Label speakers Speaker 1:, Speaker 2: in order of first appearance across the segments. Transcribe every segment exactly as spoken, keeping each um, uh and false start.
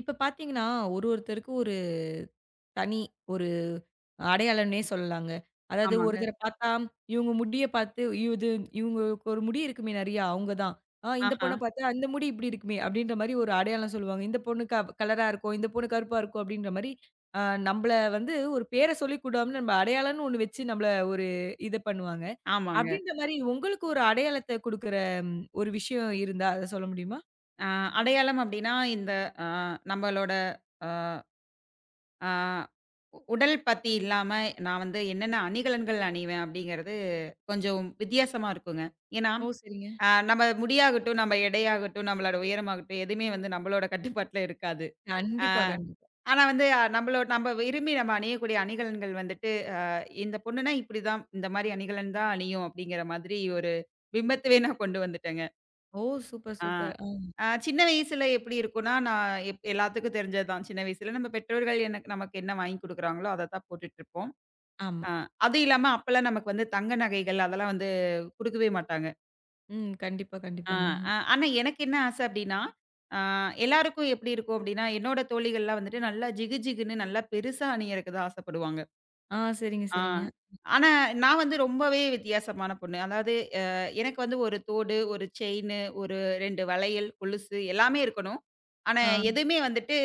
Speaker 1: இப்ப பார்த்தீங்கன்னா, ஒரு ஒருத்தருக்கு ஒரு தனி ஒரு அடையாளம்னே சொல்லலாங்க. அதாவது
Speaker 2: ஆமாங்க.
Speaker 1: ஒருத்தர பார்த்தா, இவங்க முடிய பார்த்து "ஐயோ, இது இவங்களுக்கு ஒரு முடி இருக்குமே நெறையா, அவங்க தான். ஆ இந்த
Speaker 2: ஆஹா.
Speaker 1: பொண்ண பார்த்தா, அந்த முடி இப்படி இருக்குமே அப்படின்ற மாரி ஒரு அடையாளம் சொல்லுவாங்க. இந்த பொண்ணு க கலரா இருக்கும், இந்த பொண்ணு கருப்பா இருக்கும் அப்படின்ற மாரி, அ நம்பள வந்து ஒரு பேர சொல்லி கூடாம நம்ம அடையாளம்னு ஒண்ணு வச்சு நம்மள ஒரு இது பண்ணுவாங்க.
Speaker 2: ஆமாங்க.
Speaker 1: அப்படின்ற மாரி உங்களுக்கு ஒரு அடையாளத்த குடுக்குற ஒரு விஷயம் இருந்தா, அத சொல்ல முடியுமா?
Speaker 2: அ அடையாளம் அப்டின்னா, இந்த அ நம்மளோட அ அ உடல் பத்தி இல்லாம, நான் வந்து என்னென்ன அணிகலன்கள் அணிவேன் அப்டிங்கிறது கொஞ்சம் வித்தியாசமா இருக்குங்க. ஏன்னா,
Speaker 1: ஓ! சரிங்க.
Speaker 2: அ நம்ம முடியாகட்டும், நம்ம எடையாகட்டும், நம்மளோட உயரமாகட்டும், எதுவுமே வந்து நம்மளோட கட்டுப்பாட்டுல இருக்காது. அ
Speaker 1: கண்டிப்பா, கண்டிப்பா.
Speaker 2: ஆனா வந்து நம்மளோ நம்ம விரும்பி நம்ம அணியக்கூடிய அணிகலன்கள் வந்துட்டு, ஆ, இந்த பொண்ணுனா இப்டிதான், இந்த மாரி அணிகலன் தான் அணியும் அப்டிங்கிற மாதிரி ஒரு பிம்பத்தவே நான் கொண்டு வந்துட்டேங்க.
Speaker 1: ஓ! சூப்பர்,
Speaker 2: ஆ.
Speaker 1: சூப்பர். ஆ.
Speaker 2: அ சின்ன வயசுல எப்படி இருக்கும்னா, நான் எப் எல்லாத்துக்கும் தெரிஞ்சதுதான். சின்ன வயசுல நம்ம பெற்றோர்கள் எனக்கு நமக்கு என்ன வாங்கி குடுக்குறாங்களோ, அத தான் போட்டுட்ருப்போம்.
Speaker 1: ஆமா.
Speaker 2: அ அதுவும் இல்லாம அப்பலாம் நமக்கு வந்து தங்க நகைகள் அதெல்லாம் வந்து குடுக்கவே மாட்டாங்க.
Speaker 1: ம். கண்டிப்பா,
Speaker 2: ஆ,
Speaker 1: கண்டிப்பாங்க.
Speaker 2: அ ஆனா எனக்கு என்ன ஆசை அப்படின்னா, அ எல்லாருக்கும் எப்படி இருக்கும் அப்படின்னா, என்னோட தோழிகள்லாம் வந்துட்டு நல்லா ஜிகு ஜிகுன்னு நல்லா பெருசா அணியறக்கு தான் ஆசைப்படுவாங்க.
Speaker 1: ஆ சரிங்க,
Speaker 2: ஆ.
Speaker 1: சரிங்க.
Speaker 2: ஆனா, நான் வந்து ரொம்பவே வித்தியாசமான பொண்ணு. அதாவது அ எனக்கு வந்து ஒரு தோடு, ஒரு செயினு, ஒரு ரெண்டு வளையல், கொலுசு எல்லாமே இருக்கணும். ஆனா,
Speaker 1: ஆ.
Speaker 2: எதுவுமே வந்துட்டு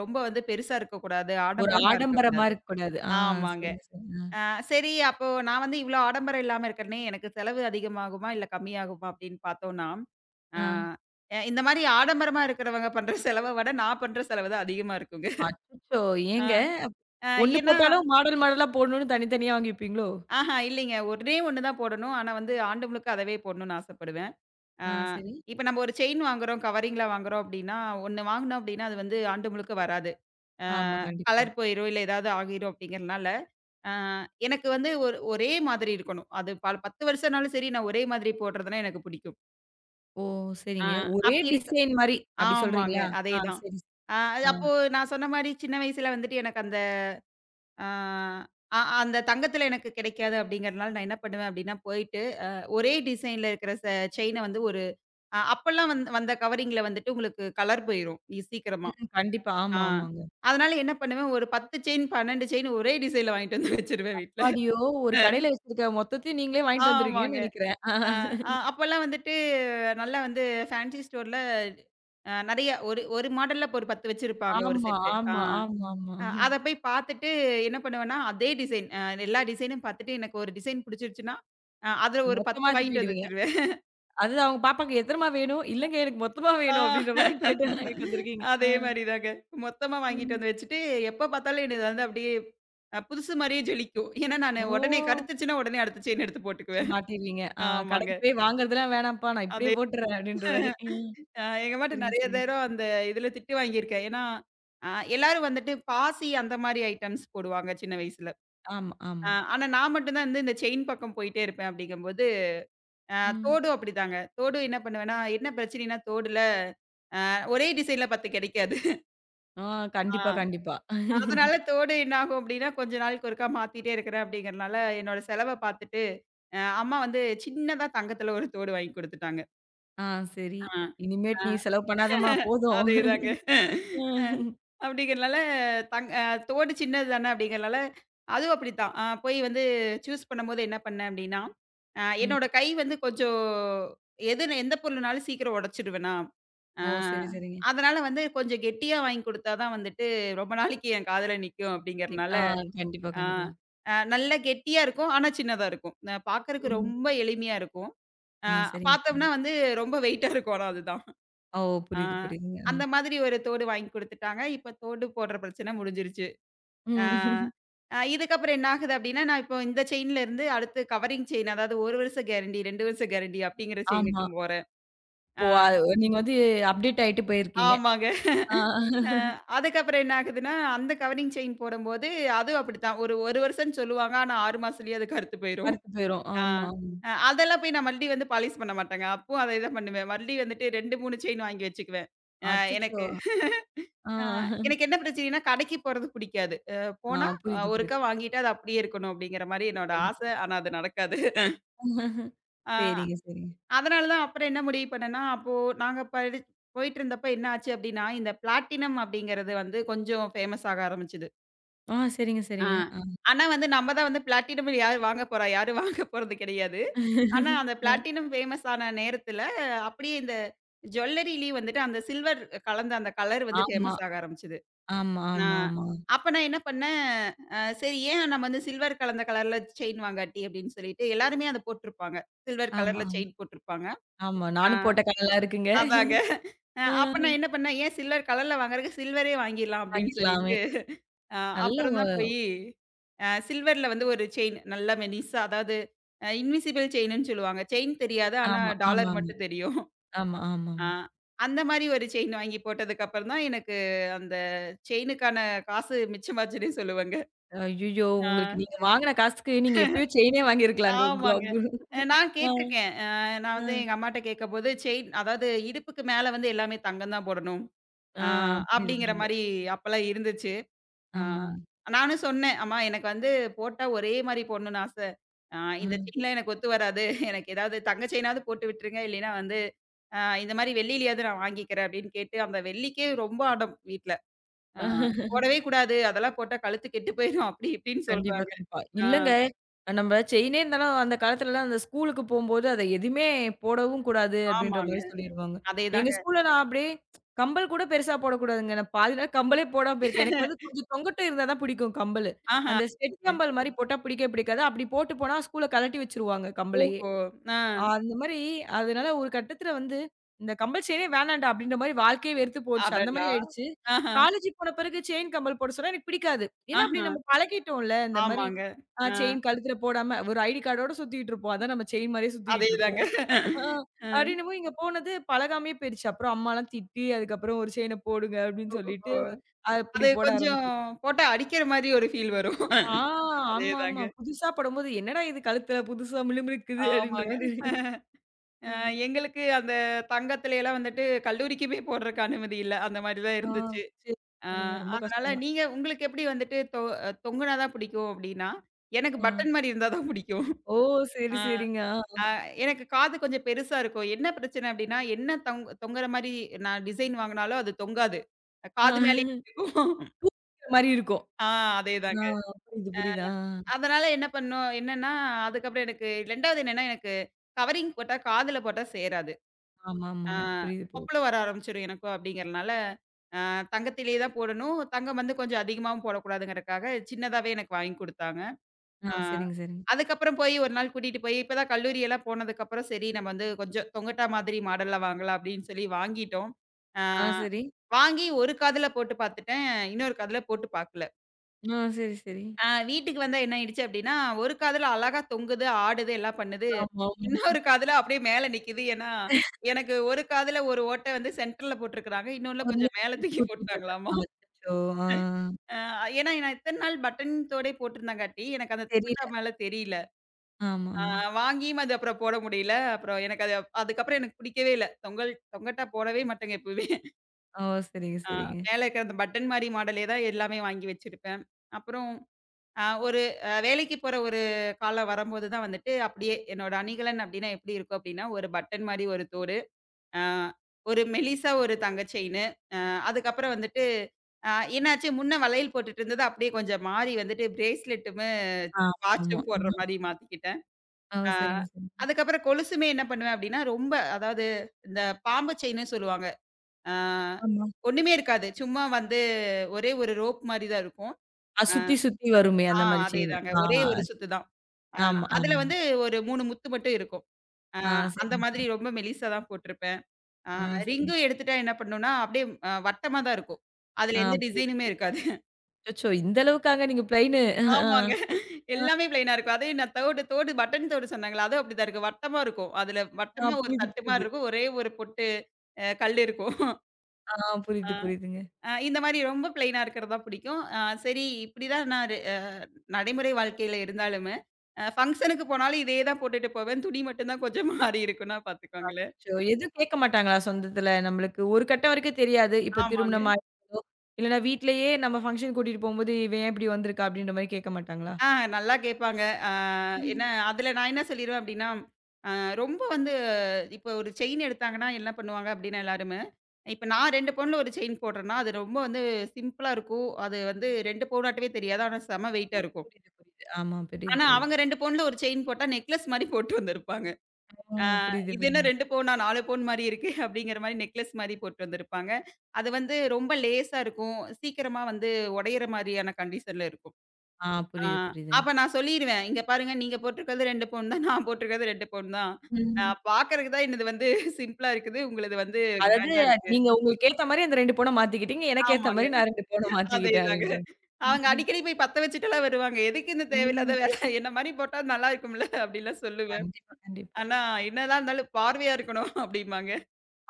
Speaker 2: ரொம்ப வந்து பெருசா இருக்கக்கூடாது.
Speaker 1: ஒரு
Speaker 2: ஆடம்பரமா
Speaker 1: ஆடம்பரமா
Speaker 2: இருக்கக்கூடாது.
Speaker 1: இருக்கக்கூடாது. ஆ
Speaker 2: ஆமாங்க.
Speaker 1: சரிங்க, சரிங்க.
Speaker 2: அ சரி அப்போ நான் வந்து இவ்ளோ ஆடம்பரம் இல்லாம இருக்கேனே, எனக்கு செலவு அதிகமாகுமா? இல்ல கம்மியாகுமா? அப்படின்னு பார்த்தோம்னா, ஆ
Speaker 1: ஆ.
Speaker 2: அ இந்த மாரி ஆடம்பரமா இருக்கிறவங்க பண்ற செலவ விட நான் பண்ற செலவு தான் அதிகமா இருக்குங்க.
Speaker 1: அச்சச்சோ!
Speaker 2: ஆ.
Speaker 1: ஏங்க?
Speaker 2: அ
Speaker 1: ஒண்ணு
Speaker 2: ஏன்னா
Speaker 1: போட்டாலும் மாடல் மாடலா போடணும்னு தனித்தனியா வாங்கி வைப்பீங்களோ?
Speaker 2: ஆஹா இல்லைங்க. ஒரே ஒண்ணு தான் போடணும். ஆனா வந்து ஆண்டு முழுக்க அதவே போடணும்னு ஆசைப்படுவேன். ஆ
Speaker 1: ஆ சரி.
Speaker 2: இப்ப நம்ம ஒரு செயின் வாங்குறோம், கவரிங்ல வாங்குறோம் அப்டின்னா, ஒண்ணு வாங்குனோம் அப்டின்னா, அது வந்து ஆண்டு முழுக்க வராது. ஆ
Speaker 1: ஆமா. கண்டிப்பா.
Speaker 2: கலர் போயிரும், இல்ல ஏதாவது ஆகிரும் அப்டிங்கிறனால, ஆ எனக்கு வந்து ஒரு ஒரே மாதிரி இருக்கணும். அது பல பத்து வருஷம்னாலும் சரி, நான் ஒரே மாதிரி போடுறதுனா எனக்கு பிடிக்கும்.
Speaker 1: ஓ!
Speaker 2: ஆ
Speaker 1: சரிங்க. ஒரே
Speaker 2: அப்படி இருக்கு
Speaker 1: டிசைன் மாரி அப்படி
Speaker 2: ஆமாங்க.
Speaker 1: சொல்றீங்களா? ஆ
Speaker 2: அதேதான்.
Speaker 1: சரி.
Speaker 2: ஆ
Speaker 1: ஆ.
Speaker 2: அப்போ நான் சொன்ன மாரி சின்ன வயசுல வந்துட்டு எனக்கு அந்த ஆ, அ அந்த தங்கத்தில எனக்கு கிடைக்காது அப்படிங்கிறனால நான் என்ன பண்ணுவேன் அப்படின்னா, போயிட்டு அ ஒரே டிசைன்ல இருக்கிற ச செயின வந்து ஒரு அ அப்பல்லாம் வந் வந்த கவரிங்ல வந்துட்டு உங்களுக்கு கலர் போயிரும் இ சீக்கிரமா.
Speaker 1: ம். கண்டிப்பா.
Speaker 2: ஆ
Speaker 1: ஆமா, ஆமாங்க.
Speaker 2: அதனால என்ன பண்ணுவேன், ஒரு பத்து செயின், பன்னிரண்டு செயின் ஒரே டிசைன்ல வாங்கிட்டு வந்து வச்சுருவேன் வீட்ல.
Speaker 1: அப்பாடியோ! ஒரு கடையில வச்சிருக்க மொத்தத்தையும் நீங்களே வாங்கிட்டு வந்துருவீங்கன்னு
Speaker 2: ஆமாங்க.
Speaker 1: நெனைக்கிறேன்.
Speaker 2: அ அ அப்பல்லாம் வந்துட்டு நல்லா வந்து ஃபேன்சி ஸ்டோர்ல அ நெறைய ஒரு ஒரு மாடல்ல இப்ப ஒரு பத்து வச்சிருப்பாங்க ஒரு
Speaker 1: ஆமா,
Speaker 2: செட்டு. ஆ.
Speaker 1: ஆமா, ஆமா, ஆமா.
Speaker 2: அ அத போய் பார்த்துட்டு என்ன பண்ணுவேன்னா, அதே டிசைன் அ எல்லா டிசைனும் பார்த்துட்டு எனக்கு ஒரு டிசைன் புடிச்சிருச்சுன்னா, அ அதுல ஒரு பத்து
Speaker 1: மொத்தமா
Speaker 2: வாங்கிட்டு வந்து
Speaker 1: தூக்கிடுவீங்க.
Speaker 2: வச்சுருவேன்.
Speaker 1: அதுதான் அவங்க பாப்பாக்கு எத்தனமா வேணும்? இல்லங்க எனக்கு மொத்தமா
Speaker 2: ஆ
Speaker 1: வேணும் அப்படின்ற மாரி நீங்க கேட்டு வாங்கிட்டு வந்திருக்கீங்க. ஆ.
Speaker 2: அதே மாரி தாங்க. மொத்தமா வாங்கிட்டு
Speaker 1: ம்.
Speaker 2: வந்து வச்சுட்டு, எப்ப பார்த்தாலும் என்னது வந்து அப்படியே அ புதுசு மாரியே ஜொலிக்கும். ஏன்னா நானு உடனே
Speaker 1: ஓ!
Speaker 2: கருத்துச்சுன்னா உடனே அடுத்த செயின் எடுத்து
Speaker 1: சரி
Speaker 2: போட்டுக்குவேன்.
Speaker 1: மாட்டிருவீங்க. ஆ
Speaker 2: ஆமாங்க.
Speaker 1: கடைக்கு போய் வாங்குறதெல்லாம் வேணாம்ப்பா. நான் இப்படியே
Speaker 2: அதே
Speaker 1: போட்டுறேன் அப்படின்ற மாரி. ம்.
Speaker 2: அ எங்க அம்மாட்ட
Speaker 1: சரிங்க,
Speaker 2: நெறைய
Speaker 1: சரிங்க.
Speaker 2: தரம்
Speaker 1: சூப்பர்.
Speaker 2: அந்த இதுல திட்டு வாங்கியிருக்கேன். ஏன்னா, அ எல்லாரும் வந்துட்டு பாசி அந்த மாரி ஐட்டம்ஸ் போடுவாங்க சின்ன வயசுல.
Speaker 1: ஆமா,
Speaker 2: அ
Speaker 1: ஆமா.
Speaker 2: ஆனா நான் மட்டும் தான் வந்து இந்த செயின் பக்கம் போயிட்டே இருப்பேன் அப்படிங்கும்போது, ஆ
Speaker 1: ம்.
Speaker 2: தோடும் அப்படிதாங்க. தோடு என்ன பண்ணுவேன்னா, என்ன பிரச்சனைன்னா தோடுல அ ஒரே டிசைன்ல பத்து கிடைக்காது.
Speaker 1: ஆ
Speaker 2: ஆ
Speaker 1: கண்டிப்பா, கண்டிப்பா.
Speaker 2: அதனால தோடு என்ன ஆகும் அப்படின்னா, கொஞ்ச நாளுக்கு ஒருக்கா மாத்திட்டே இருக்கிறேன் அப்படிங்கிறனால, என்னோட செலவ பார்த்துட்டு, அ அம்மா வந்து சின்னதா தங்கத்துல ஒரு தோடு வாங்கி குடுத்துட்டாங்க.
Speaker 1: ஆ சரி.
Speaker 2: ஆ.
Speaker 1: இனிமேட்
Speaker 2: ஆ.
Speaker 1: நீ செலவு பண்ணாதம்மா போதும்.
Speaker 2: அதேதாங்க. அ
Speaker 1: ம்.
Speaker 2: அப்படிங்கிறனால தங் அ தோடு சின்னது தானே அப்படிங்கிறனால, அதுவும் அப்படித்தான். அ போய் வந்து சூஸ் பண்ணும்போது என்ன பண்ணேன் அப்படின்னா, அ
Speaker 1: ம்.
Speaker 2: என்னோட கை வந்து கொஞ்சம் எது எந்த பொருள்னாலும் சீக்கிரம் உடைச்சிடுவேனா, அ
Speaker 1: ஓ! சரி, சரிங்க.
Speaker 2: அதனால வந்து கொஞ்சம் கெட்டியா வாங்கி குடுத்தா தான் வந்துட்டு ரொம்ப நாளைக்கு என் காதுல நிக்கும்
Speaker 1: லைக்
Speaker 2: அப்படிங்கிறனால,
Speaker 1: ஆ கண்டிப்பா,
Speaker 2: ஆ
Speaker 1: கண்டிப்பா.
Speaker 2: அ நல்ல கெட்டியா இருக்கும். ஆனா சின்னதா இருக்கும். அ பார்க்கறக்கு
Speaker 1: ம்.
Speaker 2: ரொம்ப எளிமையா இருக்கும். அ
Speaker 1: ஆ சரிங்க, சரிங்க.
Speaker 2: பார்த்தோம்னா வந்து ரொம்ப வெயிட்டா இருக்கும். ஆனா அதுதான்.
Speaker 1: ஓ!
Speaker 2: ஆ,
Speaker 1: புரியுது, புரியுதுங்க. ஆ.
Speaker 2: அந்த மாதிரி ஒரு தோடு வாங்கி குடுத்துட்டாங்க. இப்ப தோடு போடுற பிரச்சனை முடிஞ்சிருச்சு. ஆ,
Speaker 1: ம்.
Speaker 2: அ இதுக்கப்புறம் என்ன ஆகுது அப்டின்னா, நான் இப்போ இந்த செயின்ல இருந்து அடுத்து கவரிங் செயின் அதாவது ஒரு வருஷ கேரண்டி, ரெண்டு வருஷ கேரண்டி அப்டிங்கிற
Speaker 1: ஆமா.
Speaker 2: செயினுக்கு போறேன்.
Speaker 1: ஓ!
Speaker 2: ஆ,
Speaker 1: அ நீங்க வந்து அப்டேட் ஆயிட்டு போயிருக்கீங்க.
Speaker 2: ஆமாங்க.
Speaker 1: ஆ
Speaker 2: அ அதுக்கப்புறம் என்ன ஆகுதுன்னா, அந்த கவரிங் செயின் போடும்போது அதுவும் அப்டித்தான். ஒரு 1 வருஷம்னு சொல்லுவாங்க. ஆனா ஆறு மாசத்துலயே அது கருத்து போயிரும்.
Speaker 1: கருத்து போயிரும்.
Speaker 2: ஆ,
Speaker 1: ஆமா, ஆமா.
Speaker 2: அ அதெல்லாம் போய் நான் மறுபடியும் வந்து பாலிஷ் பண்ண மாட்டேங்க. அப்பவும் அதே தான் பண்ணுவேன். மறுபடியும் வந்துட்டு ரெண்டு, மூன்று செயின் வாங்கி வச்சுக்குவேன். அ
Speaker 1: அச்சச்சோ!
Speaker 2: எனக்கு
Speaker 1: ஆ,
Speaker 2: ஆ, எனக்கு என்ன பிரச்சனைன்னா, கடைக்கு போறது புடிக்காது. அ
Speaker 1: ஆ
Speaker 2: போனா அ
Speaker 1: புரியுது,
Speaker 2: ஒருக்கா
Speaker 1: புரியுது.
Speaker 2: வாங்கிட்டு அது அப்படியே இருக்கணும் அப்படிங்கிற மாரி என்னோட
Speaker 1: கண்டிப்பா.
Speaker 2: ஆசை. ஆனா அது நடக்காது. ஆ
Speaker 1: சரிங்க, சரிங்க.
Speaker 2: அதனால தான் அப்புறம் என்ன முடிவு பண்ணேன்னா, அப்போ நாங்க படி போயிட்டுருந்தப்ப என்ன ஆச்சு அப்படின்னா, இந்த பிளாட்டினம் அப்படிங்கிறது வந்து கொஞ்சம் ஃபேமஸ் ஆக ஆரம்பிச்சது.
Speaker 1: ஆ சரிங்க,
Speaker 2: ஆ.
Speaker 1: சரிங்க. ஆ.
Speaker 2: ஆனா வந்து நம்ம தான் வந்து பிளாட்டினம் யார் வாங்க போறா? யாரும் வாங்க போறது கிடையாது. ஆனா அந்த
Speaker 1: ம்.
Speaker 2: பிளாட்டினம் ஃபேமஸ் ஆன நேரத்துல, அப்படியே இந்த ஜுவல்லரியிலேயும் வந்துட்டு அந்த சில்வர் கலந்த அந்த கலர் வந்து
Speaker 1: ஆமா,
Speaker 2: ஃபேமஸ் ஆக ஆரம்பிச்சது.
Speaker 1: ஆமா,
Speaker 2: ஆ.
Speaker 1: ஆமா, ஆமா.
Speaker 2: அப்ப நான் என்ன பண்ணேன், அ சரி ஏன் நம்ம வந்து சில்வர் கலந்த கலர்ல செயின் வாங்காட்டி அப்படின்னு சொல்லிட்டு, எல்லாருமே அத போட்டுருப்பாங்க. சில்வர்
Speaker 1: ஆமா,
Speaker 2: கலர்ல
Speaker 1: ஆமா,
Speaker 2: செயின் போட்டுருப்பாங்க.
Speaker 1: ஆமா.
Speaker 2: ஆ
Speaker 1: நானும் போட்ட கடைலாம் இருக்குங்க.
Speaker 2: அதாங்க. அ
Speaker 1: ஆ
Speaker 2: அப்ப நான் என்ன பண்ணேன், ஏன் சில்வர் கலர்ல வாங்குறதுக்கு சில்வரே வாங்கிடலாம் அப்படின்னு
Speaker 1: வாங்கிடலாமே.
Speaker 2: சொல்லிட்டு, அ
Speaker 1: நல்ல ஒ
Speaker 2: அப்புறம் தான் போய் அ சில்வர்ல வந்து ஒரு செயின் நல்லா மெலிசா அதாவது அ இன்விசிபிள் செயின்னு சொல்லுவாங்க. செயின் தெரியாது. ஆனா
Speaker 1: ஆமா, ஆமா,
Speaker 2: டாலர்
Speaker 1: ஆமா,
Speaker 2: மட்டும் தெரியும்.
Speaker 1: ஆமா, ஆமா,
Speaker 2: ஆ
Speaker 1: ஆமா.
Speaker 2: அந்த மாரி ஒரு செயின் வாங்கி போட்டதுக்கு அப்புறம் தான் எனக்கு அந்த செயினுக்கான காசு மிச்சமாச்சுன்னே சொல்லுவேங்க.
Speaker 1: ஐய்யயோ!
Speaker 2: ஆ.
Speaker 1: உங்களுக்கு நீங்க வாங்குன காசுக்கு நீங்க எப்பயோ செயினே வாங்கியிருக்கலாங்க. உங்க
Speaker 2: ஆமாங்க. அ நான்
Speaker 1: அ,
Speaker 2: கேட்டுருக்கேன். அ நான் வந்து
Speaker 1: ஆ.
Speaker 2: எங்க அம்மாட்ட கேட்கம்போது, செயின் அதாவது இடுப்புக்கு மேல வந்து எல்லாமே தங்கம் தான் போடணும்.
Speaker 1: ஆ
Speaker 2: ஆ
Speaker 1: புரியுது,
Speaker 2: அப்படிங்கிற
Speaker 1: புரியுது.
Speaker 2: மாரி அப்பலாம் இருந்துச்சு. ஆ
Speaker 1: ஆமா, ஆமா.
Speaker 2: நானும் சொன்னேன், "அம்மா எனக்கு வந்து போட்டா ஒரே மாரி போடணும்னு ஆசை. ஆ இந்த செயின்லாம் எனக்கு ஒத்து வராது. எனக்கு ஏதாவது தங்க செயினாவது போட்டு விட்டுருங்க. இல்லைன்னா வந்து அ இந்த மாரி வெள்ளியிலயாவது நான் வாங்கிக்கிறேன்." அப்படின்னு கேட்டு, அந்த வெள்ளிக்கே ரொம்ப அடம் வீட்ல. ஆ
Speaker 1: ம்.
Speaker 2: "போடவே கூடாது. அதெல்லாம் போட்டா கழுத்து கெட்டு போயிரும்." அப்படி இப்படின்னு
Speaker 1: கண்டிப்பா,
Speaker 2: சொல்றாங்க.
Speaker 1: கண்டிப்பா.
Speaker 2: ஆ
Speaker 1: இல்லங்க. நம்ம செயினே இருந்தாலும் அந்த காலத்துலலாம் அந்த ஸ்கூலுக்கு போம்போது அத எதுவுமே போடவும் கூடாது அப்படின்ற
Speaker 2: ஆமாங்க.
Speaker 1: மாரி சொல்லிருவாங்க. எங்க
Speaker 2: அதேதாங்க.
Speaker 1: ஸ்கூல்ல நான் அப்படியே கம்பல் கூட பெருசா போடக்கூடாதுங்க. நான் பாதி நாள் கம்பலே போடாம போயிருக்கேன். எனக்கு வந்து கொஞ்சம் தொங்கட்டும் இருந்தா தான் பிடிக்கும் கம்பலு.
Speaker 2: ஆஹா.
Speaker 1: அந்த ஸ்டெட்
Speaker 2: சரிங்க.
Speaker 1: கம்பல் மாரி போட்டா பிடிக்கவே பிடிக்காது. அப்படி போட்டு போனா ஸ்கூல்ல கழட்டி வச்சுருவாங்க கம்பலையே.
Speaker 2: ஓஹோ! ஆ.
Speaker 1: ஆஹ் அந்த மாரி அதனால ஒரு கட்டத்தில வந்து, இந்த கம்பல் செயினே வேணான்டா! அப்டின்ற மாரி வாழ்க்கையே வெறுத்து போச்சு. அந்த மாரி
Speaker 2: அடடா!
Speaker 1: ஆயிடுச்சு.
Speaker 2: ஆஹா,
Speaker 1: காலேஜ் போன பிறகு செயின் கம்பல் போட சொன்னா எனக்கு பிடிக்காது. ஏன்னா அப்டி
Speaker 2: ஆஹா.
Speaker 1: நம்ம பழகிட்டோம்ல. இந்த மாரி
Speaker 2: ஆமாங்க.
Speaker 1: அ
Speaker 2: ஆ.
Speaker 1: செயின் கழுத்துல போடாம ஒரு ஐடி கார்டோட சுத்திக்கிட்டு இருப்போம். அதான் நம்ம செயின் மாரியே சுத்திக்கிட்டு
Speaker 2: அதேதாங்க.
Speaker 1: இருப்போம். ஆ
Speaker 2: ஆ.
Speaker 1: அப்டின்னமோ இங்க போனது பழகாமயே போயிருச்சு. அப்புறம் அம்மாலாம் திட்டி, அதுக்கப்புறம் ஒரு செயின போடுங்க அப்டின்னு சொல்லிட்டு
Speaker 2: ஓஹோ!
Speaker 1: அப்டி
Speaker 2: அது
Speaker 1: போட
Speaker 2: கொஞ்சம்
Speaker 1: ஆரம்பிச்சது.
Speaker 2: போட்டா அடிக்கிற மாரி ஒரு ஃபீல் வரும்.
Speaker 1: ஆ
Speaker 2: அதேதாங்க.
Speaker 1: ஆமாமா. புதுசா போடும்போது, என்னடா இது கழுத்துல புதுசா மினுமினுக்குது அப்டின்ற
Speaker 2: ஆமாங்க.
Speaker 1: மாதிரி.
Speaker 2: அ
Speaker 1: ஆ.
Speaker 2: எங்களுக்கு அந்த தங்கத்துலயெல்லாம் வந்துட்டு கல்லூரிக்குமே போடுறக்கு அனுமதி இல்ல. அந்த மாரி தான்
Speaker 1: ஆ.
Speaker 2: இருந்துச்சு.
Speaker 1: சரி,
Speaker 2: ஆ
Speaker 1: சரிங்க. ரொம்ப
Speaker 2: அதனால
Speaker 1: கஷ்டம் தான்.
Speaker 2: நீங்க உங்களுக்கு எப்படி வந்துட்டு தொ தொங்குனா தான் பிடிக்கும் அப்படின்னா, எனக்கு
Speaker 1: ஆ.
Speaker 2: பட்டன் மாரி இருந்தா தான் பிடிக்கும்.
Speaker 1: ஓ! சரி,
Speaker 2: ஆ.
Speaker 1: சரிங்க. ஆ.
Speaker 2: ஆ எனக்கு காது கொஞ்சம் பெருசா இருக்கும். என்ன பிரச்சனை அப்படின்னா, என்ன தொங் தொங்குற மாரி நான் டிசைன் வாங்குனாலும் அது தொங்காது. காது மேலேயே
Speaker 1: ஆ.
Speaker 2: இருக்கும்.
Speaker 1: இந்த மாரி இருக்கும்.
Speaker 2: ஆ
Speaker 1: ஆ
Speaker 2: அதேதாங்க.
Speaker 1: புரியுது, புரியுது. ஆ.
Speaker 2: அதனால என்ன பண்ணோம் என்னன்னா, அதுக்கப்புறம் எனக்கு 2வது என்னன்னா, எனக்கு கவரிங் போட்டா காதுல போட்டா சேராது.
Speaker 1: ஆமாமா.
Speaker 2: ஆ
Speaker 1: புரியுது, புரியுது.
Speaker 2: கொப்பளம் வர ஆரம்பிச்சுரும் எனக்கும் அப்படிங்கிறனால, ஆ தங்கத்திலேயே தான் போடணும். தங்கம் வந்து கொஞ்சம் அதிகமாவும் போடக்கூடாதுங்கிறதுக்காக, சின்னதாவே எனக்கு வாங்கி குடுத்தாங்க.
Speaker 1: ஆ
Speaker 2: ஆ.
Speaker 1: சரிங்க, சரிங்க.
Speaker 2: அதுக்கப்புறம் போய் ஒரு நாள் கூட்டிட்டு போய் இப்பதான் கல்லூரி எல்லாம் போனதுக்கப்புறம் சரி நம்ம வந்து கொஞ்சம் தொங்கட்டா மாதிரி மாடல்ல வாங்கலாம் அப்படின்னு சொல்லி வாங்கிட்டோம். ஆ
Speaker 1: ஆ சரி.
Speaker 2: வாங்கி ஒரு காதுல போட்டு பார்த்துட்டேன். இன்னொரு காதுல போட்டு பார்க்கல.
Speaker 1: ஆ சரி, சரி.
Speaker 2: ஆ வீட்டுக்கு வந்தா என்ன ஆயிடுச்சு அப்படின்னா, ஒரு காதுல அழகா தொங்குது, ஆடுது, எல்லாம் பண்ணுது.
Speaker 1: ஆமா, ஆமா.
Speaker 2: இன்னொரு காதுல அப்படியே மேல நிக்குது. ஏன்னா, எனக்கு ஒரு காதுல ஒரு ஓட்ட வந்து சென்டர்ல போட்டிருக்கிறாங்க. இன்னொன்னுல
Speaker 1: ஒரு
Speaker 2: கொஞ்சம் மேல
Speaker 1: நாள்
Speaker 2: தூக்கி
Speaker 1: கூட்டிட்டது.
Speaker 2: போட்டாங்களாமா.
Speaker 1: அச்சச்சோ! ஆ.
Speaker 2: ஆ ஏன்னா நான் இத்தன நாள் பட்டன்த்தோடே போட்டிருந்தங்காட்டி எனக்கு அந்த தொங்கட்டா
Speaker 1: தெரியல.
Speaker 2: மேல தெரியல.
Speaker 1: ஆமா,
Speaker 2: ஆ
Speaker 1: ஆமா.
Speaker 2: வாங்கியும் அது அப்புறம் போட முடியல. அப்புறம் எனக்கு அது அதுக்கப்புறம் எனக்கு பிடிக்கவே இல்ல. தொங்கல் தொங்கட்டா போடவே மாட்டேங்க எப்பவுமே.
Speaker 1: ஓ! சரிங்க,
Speaker 2: ஆ
Speaker 1: சரிங்க.
Speaker 2: மேல இருக்கிற அந்த பட்டன் மாரி மாடலே தான் எல்லாமே வாங்கி வச்சிருப்பேன். அப்புறம் அ ஒரு அ வேலைக்கு போற ஒரு காலம் வரம்போது தான் வந்துட்டு, அப்படியே என்னோட அணிகலன் அப்படின்னா எப்படி இருக்கும் அப்படின்னா, ஒரு பட்டன் மாரி ஒரு தோடு, ஆ ஒரு மெலிசா ஒரு தங்க செயினு, அ அதுக்கப்புறம் வந்துட்டு அ என்னாச்சு முன்ன வளையல் போட்டுட்டு இருந்தது அப்படியே கொஞ்சம் மாறி வந்துட்டு பிரேஸ்லெட்டுமு,
Speaker 1: ஆமா, ஆமா.
Speaker 2: வாட்சும் போடுற
Speaker 1: ம்.
Speaker 2: மாரி மாத்திக்கிட்டேன்.
Speaker 1: ஓ!
Speaker 2: ஆ.
Speaker 1: சரிங்க, சரிங்க.
Speaker 2: அதுக்கப்புறம் கொலுசுமே என்ன பண்ணுவேன் அப்படின்னா, ரொம்ப அதாவது இந்த பாம்பு செயின்னு சொல்லுவாங்க. ஆ
Speaker 1: ஆமா.
Speaker 2: ஒண்ணுமே இருக்காது. சும்மா வந்து ஒரே ஒரு ரோப் மாரி தான் இருக்கும்.
Speaker 1: அ
Speaker 2: ஆ
Speaker 1: சுத்தி, சுத்தி வருமே
Speaker 2: ஆ
Speaker 1: அந்த மாரி செயினு.
Speaker 2: அதேதாங்க.
Speaker 1: ஆ.
Speaker 2: ஒரே ஒரு
Speaker 1: சரி.
Speaker 2: சுத்து தான். ஆ
Speaker 1: ஆமா,
Speaker 2: அதுல
Speaker 1: ஆமாமா.
Speaker 2: வந்து ஒரு மூணு முத்து மட்டும் இருக்கும். ஆ
Speaker 1: ஆ
Speaker 2: அந்த
Speaker 1: சரிங்க,
Speaker 2: மாதிரி
Speaker 1: சரி.
Speaker 2: ரொம்ப மெலிசா தான் போட்டிருப்பேன். ஆ
Speaker 1: ஆ சரி.
Speaker 2: ரிங்கும் எடுத்துட்டா என்ன பண்ணும்னா, அப்படியே அ வட்டமா தான் இருக்கும். அதுல
Speaker 1: ஆ.
Speaker 2: எந்த டிசைனுமே இருக்காது.
Speaker 1: அச்சச்சோ! இந்த அளவுக்காங்க நீங்க பிளைனு. ஆ,
Speaker 2: ஆமாங்க. எல்லாமே பிளைனா இருக்கும். அதே நான் தோடு தோடு பட்டன் தோடு சொன்னாங்கல்ல, அதுவும் அப்படிதான் இருக்கும். வட்டமா இருக்கும். அதுல
Speaker 1: ஆ
Speaker 2: வட்டமா ஒரு
Speaker 1: புரியுது,
Speaker 2: தட்டு மாரி
Speaker 1: புரியுது.
Speaker 2: இருக்கும். ஒரே ஒரு பொட்டு அ கல் இருக்கும்.
Speaker 1: ஆ
Speaker 2: ஆ.
Speaker 1: புரியுது, புரியுதுங்க.
Speaker 2: அ இந்த மாரி ரொம்ப பிளைனா இருக்கிறது தான் பிடிக்கும். அ சரி இப்படிதான் நான் ரு அ நடைமுறை வாழ்க்கையில இருந்தாலுமே, அ ஃபங்ஷனுக்கு போனாலும் இதே தான் போட்டுட்டு போவேன். துணி மட்டும் தான் கொஞ்சம் மாறி இருக்கும்னா பாத்துக்கோங்களேன்.
Speaker 1: அச்சோ! எதுவும் கேட்க மாட்டாங்களா சொந்தத்துல? நம்மளுக்கு ஒரு கட்டம் வரைக்கும் தெரியாது. இப்ப
Speaker 2: ஆமாங்க.
Speaker 1: திருமணம் ஆயிருச்சோ, இல்லன்னா வீட்லயே நம்ம ஃபங்ஷன் கூட்டிட்டு போம்போது, "இவன் ஏன் இப்படி வந்திருக்கா?" அப்படின்ற மாரி கேட்க மாட்டாங்களா?
Speaker 2: ஆ நல்லா கேட்பாங்க. ஆ என்ன அதில நான் என்ன சொல்லிருவேன் அப்டின்னா, அ ரொம்ப வந்து இப்போ ஒரு செயின் எடுத்தாங்கன்னா என்ன பண்ணுவாங்க அப்டின்னா எல்லாருமே, இப்ப நான் ரெண்டு பவுன்ல ஒரு செயின் போடுறேன்னா, அது ரொம்ப வந்து சிம்பிளா இருக்கும். அது வந்து ரெண்டு பவுனாட்டவே தெரியாது. ஆனா செம வெயிட்டா இருக்கும்.
Speaker 1: புரியுது, புரியுது. ஆமா, புரியுது,
Speaker 2: ஆனா
Speaker 1: புரியுது.
Speaker 2: அவங்க ரெண்டு பவுன்ல ஒரு செயின் போட்டா நெக்லஸ் மாரி போட்டு வந்திருப்பாங்க.
Speaker 1: ம். புரியுது,
Speaker 2: இது என்ன
Speaker 1: புரியுது.
Speaker 2: ரெண்டு பவுனா நாலு பவுன் மாரி இருக்கு அப்டிங்கிற மாரி நெக்லஸ் மாரி போட்டு வந்திருப்பாங்க. அது வந்து ரொம்ப லேசா இருக்கும். சீக்கிரமா வந்து உடையிற மாரியான கண்டிஷன்ல இருக்கும்.
Speaker 1: ஆ
Speaker 2: ஆ.
Speaker 1: புரியுது, புரியுதுங்க.
Speaker 2: அப்ப நான் சொல்லிருவேன். "இங்க பாருங்க நீங்க போட்டிருக்கிறது ரெண்டு பவுன் தான். நான் போட்டிருக்கிறது ரெண்டு பவுன் தான். அ
Speaker 1: ம்.
Speaker 2: பாக்கறதுக்கு தான் என்னது வந்து சிம்பிளா இருக்குது. உங்களது வந்து
Speaker 1: அதாவது
Speaker 2: கிராண்டா இருக்கு."
Speaker 1: நீங்க உங்களுக்கு ஏத்த மாரி அந்த ரெண்டு பவுன் பவுன மாத்திக்கிட்டீங்க. எனக்கு ஏத்த
Speaker 2: ஆமாங்க.
Speaker 1: மாரி நான் ரெண்டு பவுன் பவுன மாத்திக்கிட்டேன்
Speaker 2: அதேதாங்க.
Speaker 1: அப்படின்ற
Speaker 2: அவங்க
Speaker 1: ம்.
Speaker 2: அடிக்கடி போய் பத்த வச்சுட்டுலாம் வருவாங்க. "எதுக்கு இந்த
Speaker 1: ம்.
Speaker 2: தேவையில்லாத வேலை?
Speaker 1: புரியுது.
Speaker 2: என்ன மாரி போட்டா நல்லா இருக்கும்ல." அப்படிலாம் சொல்லுவேன்.
Speaker 1: கண்டிப்பா, கண்டிப்பா.
Speaker 2: ஆனா, என்னதான் இருந்தாலும் பார்வையா இருக்கணும் அப்படிம்பாங்க.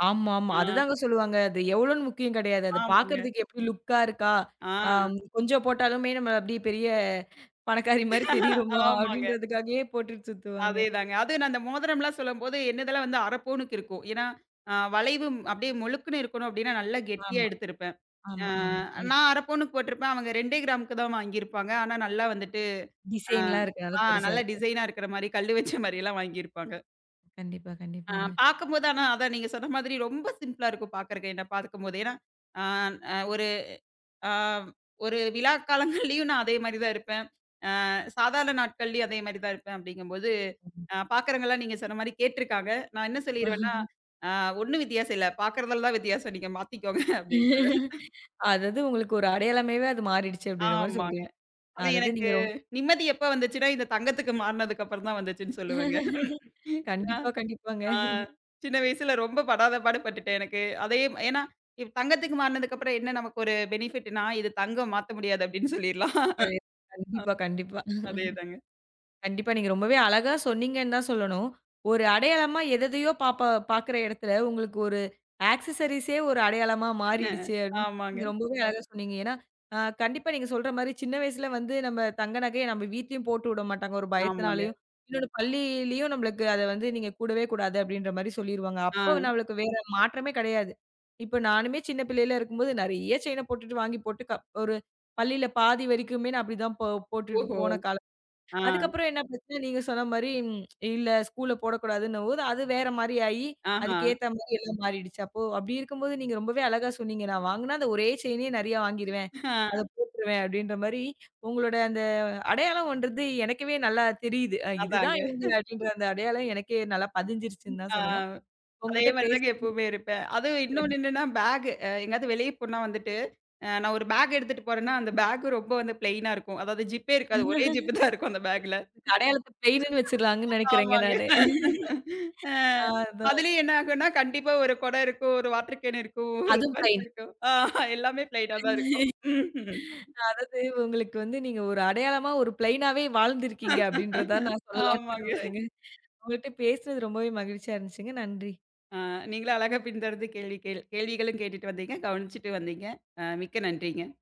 Speaker 1: ஆமா, ஆமா.
Speaker 2: ஆ.
Speaker 1: அதுதாங்க சொல்லுவாங்க. அது எவ்வளோன்னு முக்கியம் கிடையாது. அது
Speaker 2: ஆமாங்க.
Speaker 1: பார்க்கறதுக்கு எப்படி லுக்கா இருக்கா?
Speaker 2: ஆ.
Speaker 1: ஆம் கொஞ்சம் போட்டாலுமே நம்ம அப்படியே பெரிய பணக்காரி மாரி தெரியிறோமா?
Speaker 2: ஆமாங்க.
Speaker 1: அப்படின்றதுக்காகவே போட்டுட்டு சுத்துவாங்க.
Speaker 2: அதேதாங்க. அதுவும் நான் அந்த மோதிரம்லாம் சொல்லும்போது, என்னதெல்லாம் வந்து அரை பவுனுக்கு இருக்கும். ஏன்னா, அ வளைவு அப்படியே மொழுக்குன்னு இருக்கணும் அப்படின்னா நல்லா கெட்டியா
Speaker 1: ஆமா,
Speaker 2: எடுத்திருப்பேன். ஆ
Speaker 1: ஆமா, ஆமா. புரியுது.
Speaker 2: நான் அரை பவுனுக்கு போட்டிருப்பேன். அவங்க ரெண்டு கிராமுக்கு தான் வாங்கியிருப்பாங்க. ஆனா நல்லா வந்துட்டு ஆ
Speaker 1: டிசைன்லாம் இருக்கனால
Speaker 2: ஆ
Speaker 1: பெருசா
Speaker 2: நல்லா
Speaker 1: இருக்கும்.
Speaker 2: டிசைனா இருக்கிற மாரி, கல்லு வச்ச மாரியெல்லாம் வாங்கியிருப்பாங்க.
Speaker 1: கண்டிப்பா,
Speaker 2: ஆ
Speaker 1: கண்டிப்பாங்க.
Speaker 2: பார்க்கும்போது ஆனா அதான் நீங்க சொன்ன மாதிரி ரொம்ப சிம்பிளா இருக்கும் பார்க்கறக்கு. என்ன பார்க்கும்போது. ஏன்னா, ஆ அ ஒரு ஆ ஒரு விழா காலங்கள்லயும் நான் அதே மாரி தான் இருப்பேன். அ சாதாரண நாட்கள்லயும் அதே மாரி தான் இருப்பேன் அப்படிங்கும்போது, அ பார்க்குறவங்கலாம் நீங்க சொன்ன மாரி கேட்டுருக்காங்க. நான் என்ன சொல்லிருவேன்னா, ஆ ஒண்ணும் வித்தியாசம் இல்ல. பார்க்குறதுல தான் வித்தியாசம். நீங்க மாத்திக்கோங்க அப்படின்ருவேன்.
Speaker 1: அதாவது உங்களுக்கு ஒரு அடையாளமேவே அது மாறிடுச்சு அப்படின்ற மாரி
Speaker 2: ஆமாங்க.
Speaker 1: சொல்றீங்க.
Speaker 2: ஆனா
Speaker 1: அதாவது நீங்க
Speaker 2: எனக்கு
Speaker 1: ரொ
Speaker 2: நிம்மதி எப்ப வந்துச்சுன்னா, இந்த தங்கத்துக்கு மாறுனதுக்கு அப்புறம் தான் வந்துச்சுன்னு சொல்லுவேங்க.
Speaker 1: கண்டிப்பா, கண்டிப்பாங்க.
Speaker 2: ஆ சின்ன வயசுல ரொம்ப படாத பாடு பட்டுட்டேன் எனக்கு. அதே ஏன்னா இப் தங்கத்துக்கு மாறுனதுக்கு அப்புறம் என்ன நமக்கு ஒரு பெனிஃபிட்னா, இது தங்கம் மாத்த முடியாது அப்படின்னு சொல்லிரலாம்.
Speaker 1: சரி. கண்டிப்பா, கண்டிப்பா.
Speaker 2: அதேதாங்க.
Speaker 1: கண்டிப்பா. நீங்க ரொம்பவே அழகா சொன்னீங்கன்னு தான் சொல்லணும். ஒரு அடையாளமா எதெதையோ பாப்பா பாக்குற இடத்துல, உங்களுக்கு ஒரு ஆக்சஸரீஸே ஒரு அடையாளமா மாறிடுச்சு
Speaker 2: அ
Speaker 1: அப்படின்னு
Speaker 2: ஆமாங்க,
Speaker 1: நீங்க ரொம்பவே அழகா சொன்னீங்க. ஏன்னா, அ கண்டிப்பா நீங்க சொல்ற மாரி சின்ன வயசுல வந்து நம்ம தங்க நகைய நம்ம வீட்லயும் போட்டு விட மாட்டாங்க ஒரு
Speaker 2: ஆமாங்க.
Speaker 1: பயத்தினாலயும். இன்னொன்னு பள்ளியிலயும் நம்மளுக்கு அத வந்து நீங்க கூடவே கூடாது அப்படின்ற மாரி சொல்லிருவாங்க. அப்போ
Speaker 2: ஆ.
Speaker 1: நம்மளுக்கு வேற மாற்றமே கிடையாது. இப்ப நானுமே சின்ன பிள்ளையில இருக்கும்போது நெறைய செயின போட்டுட்டு வாங்கி போட்டு க ஒரு பள்ளியில பாதி வரைக்குமே நான் அப்படிதான் போ போட்டுட்டு
Speaker 2: ஓஹோ!
Speaker 1: போன காலம்
Speaker 2: ஆ.
Speaker 1: அதுக்கப்புறம் என்ன பிரச்சனை, நீங்க சொன்ன மாரி இல்ல ஸ்கூல்ல போடக்கூடாதுன்னும்போது, அது வேற மாரி ஆயி,
Speaker 2: ஆஹா!
Speaker 1: அதுக்கேத்த மாரி எல்லாம் மாறிடுச்சு. அப்போ அப்டி இருக்கும்போது நீங்க ரொம்பவே அழகா சொன்னீங்க. "நான் வாங்குனா அந்த ஒரே செயினே நெறையா வாங்கிருவேன். அத
Speaker 2: அ
Speaker 1: போட்டுருவேன்." அப்டின்ற மாரி உங்களோட அந்த அடையாளம்ன்றது எனக்கவே நல்லா தெரியுது. அ இதுதான்
Speaker 2: அதாங்க.
Speaker 1: இவங்க அப்டின்ற அந்த அடையாளம் எனக்கே நல்லா பதிஞ்சிருச்சுன்னு தான்
Speaker 2: ஆ.
Speaker 1: சொல்லலாம்.
Speaker 2: அதே
Speaker 1: உங்ககிட்ட
Speaker 2: மாரி தாங்க
Speaker 1: பேசுனது
Speaker 2: எப்பவுமே இருப்பேன். அதுவும் இன்னொன்னு
Speaker 1: கண்டிப்பா
Speaker 2: என்னன்னா பேகு. அ எங்கயாவது வெளிய போனா வந்துட்டு, அ நான் ஒரு பேக் எடுத்துட்டு போறேன்னா, அந்த பேக் ரொம்ப வந்து பிளெயினா இருக்கும். அதாவது ஜிப்பே இருக்காது. ஒரே ஜிப் தான் இருக்கும் அந்த பேக்ல.
Speaker 1: அடையாளத்த பிளெயினுன்னு வச்சிடலாங்கன்னு நெனைக்கிறேங்க
Speaker 2: ஆமாங்க.
Speaker 1: நானு.
Speaker 2: அ
Speaker 1: அ அதான்.
Speaker 2: அதுலயும் என்ன ஆகும்னா, கண்டிப்பா ஒரு குடம் இருக்கும், ஒரு வாட்டர் கேன் இருக்கும், ஒரு
Speaker 1: அதுவும்
Speaker 2: பர்ஸ்
Speaker 1: பிளெயின்.
Speaker 2: இருக்கும். ஆ எல்லாமே பிளெயினா தான் இருக்கும். ம்ஹ்ம்.
Speaker 1: அதாவது உங்களுக்கு வந்து நீங்க ஒரு அடையாளமா ஒரு பிளெயினாவே வாழ்ந்திருக்கீங்க அப்படின்றத நான் சொல்லலாம்னு
Speaker 2: ஆமாங்க.
Speaker 1: விரும்புறேங்க. உங்கள்ட்ட பேசுனது ரொம்பவே மகிழ்ச்சியா இருந்துச்சுங்க. நன்றி.
Speaker 2: அ நீங்களும் அழகா பின்தொடர்ந்து கேள்வி கேள் கேள்விகளும் கேட்டுட்டு வந்தீங்க. கவனிச்சுட்டு வந்தீங்க. அ மிக்க நன்றிங்க.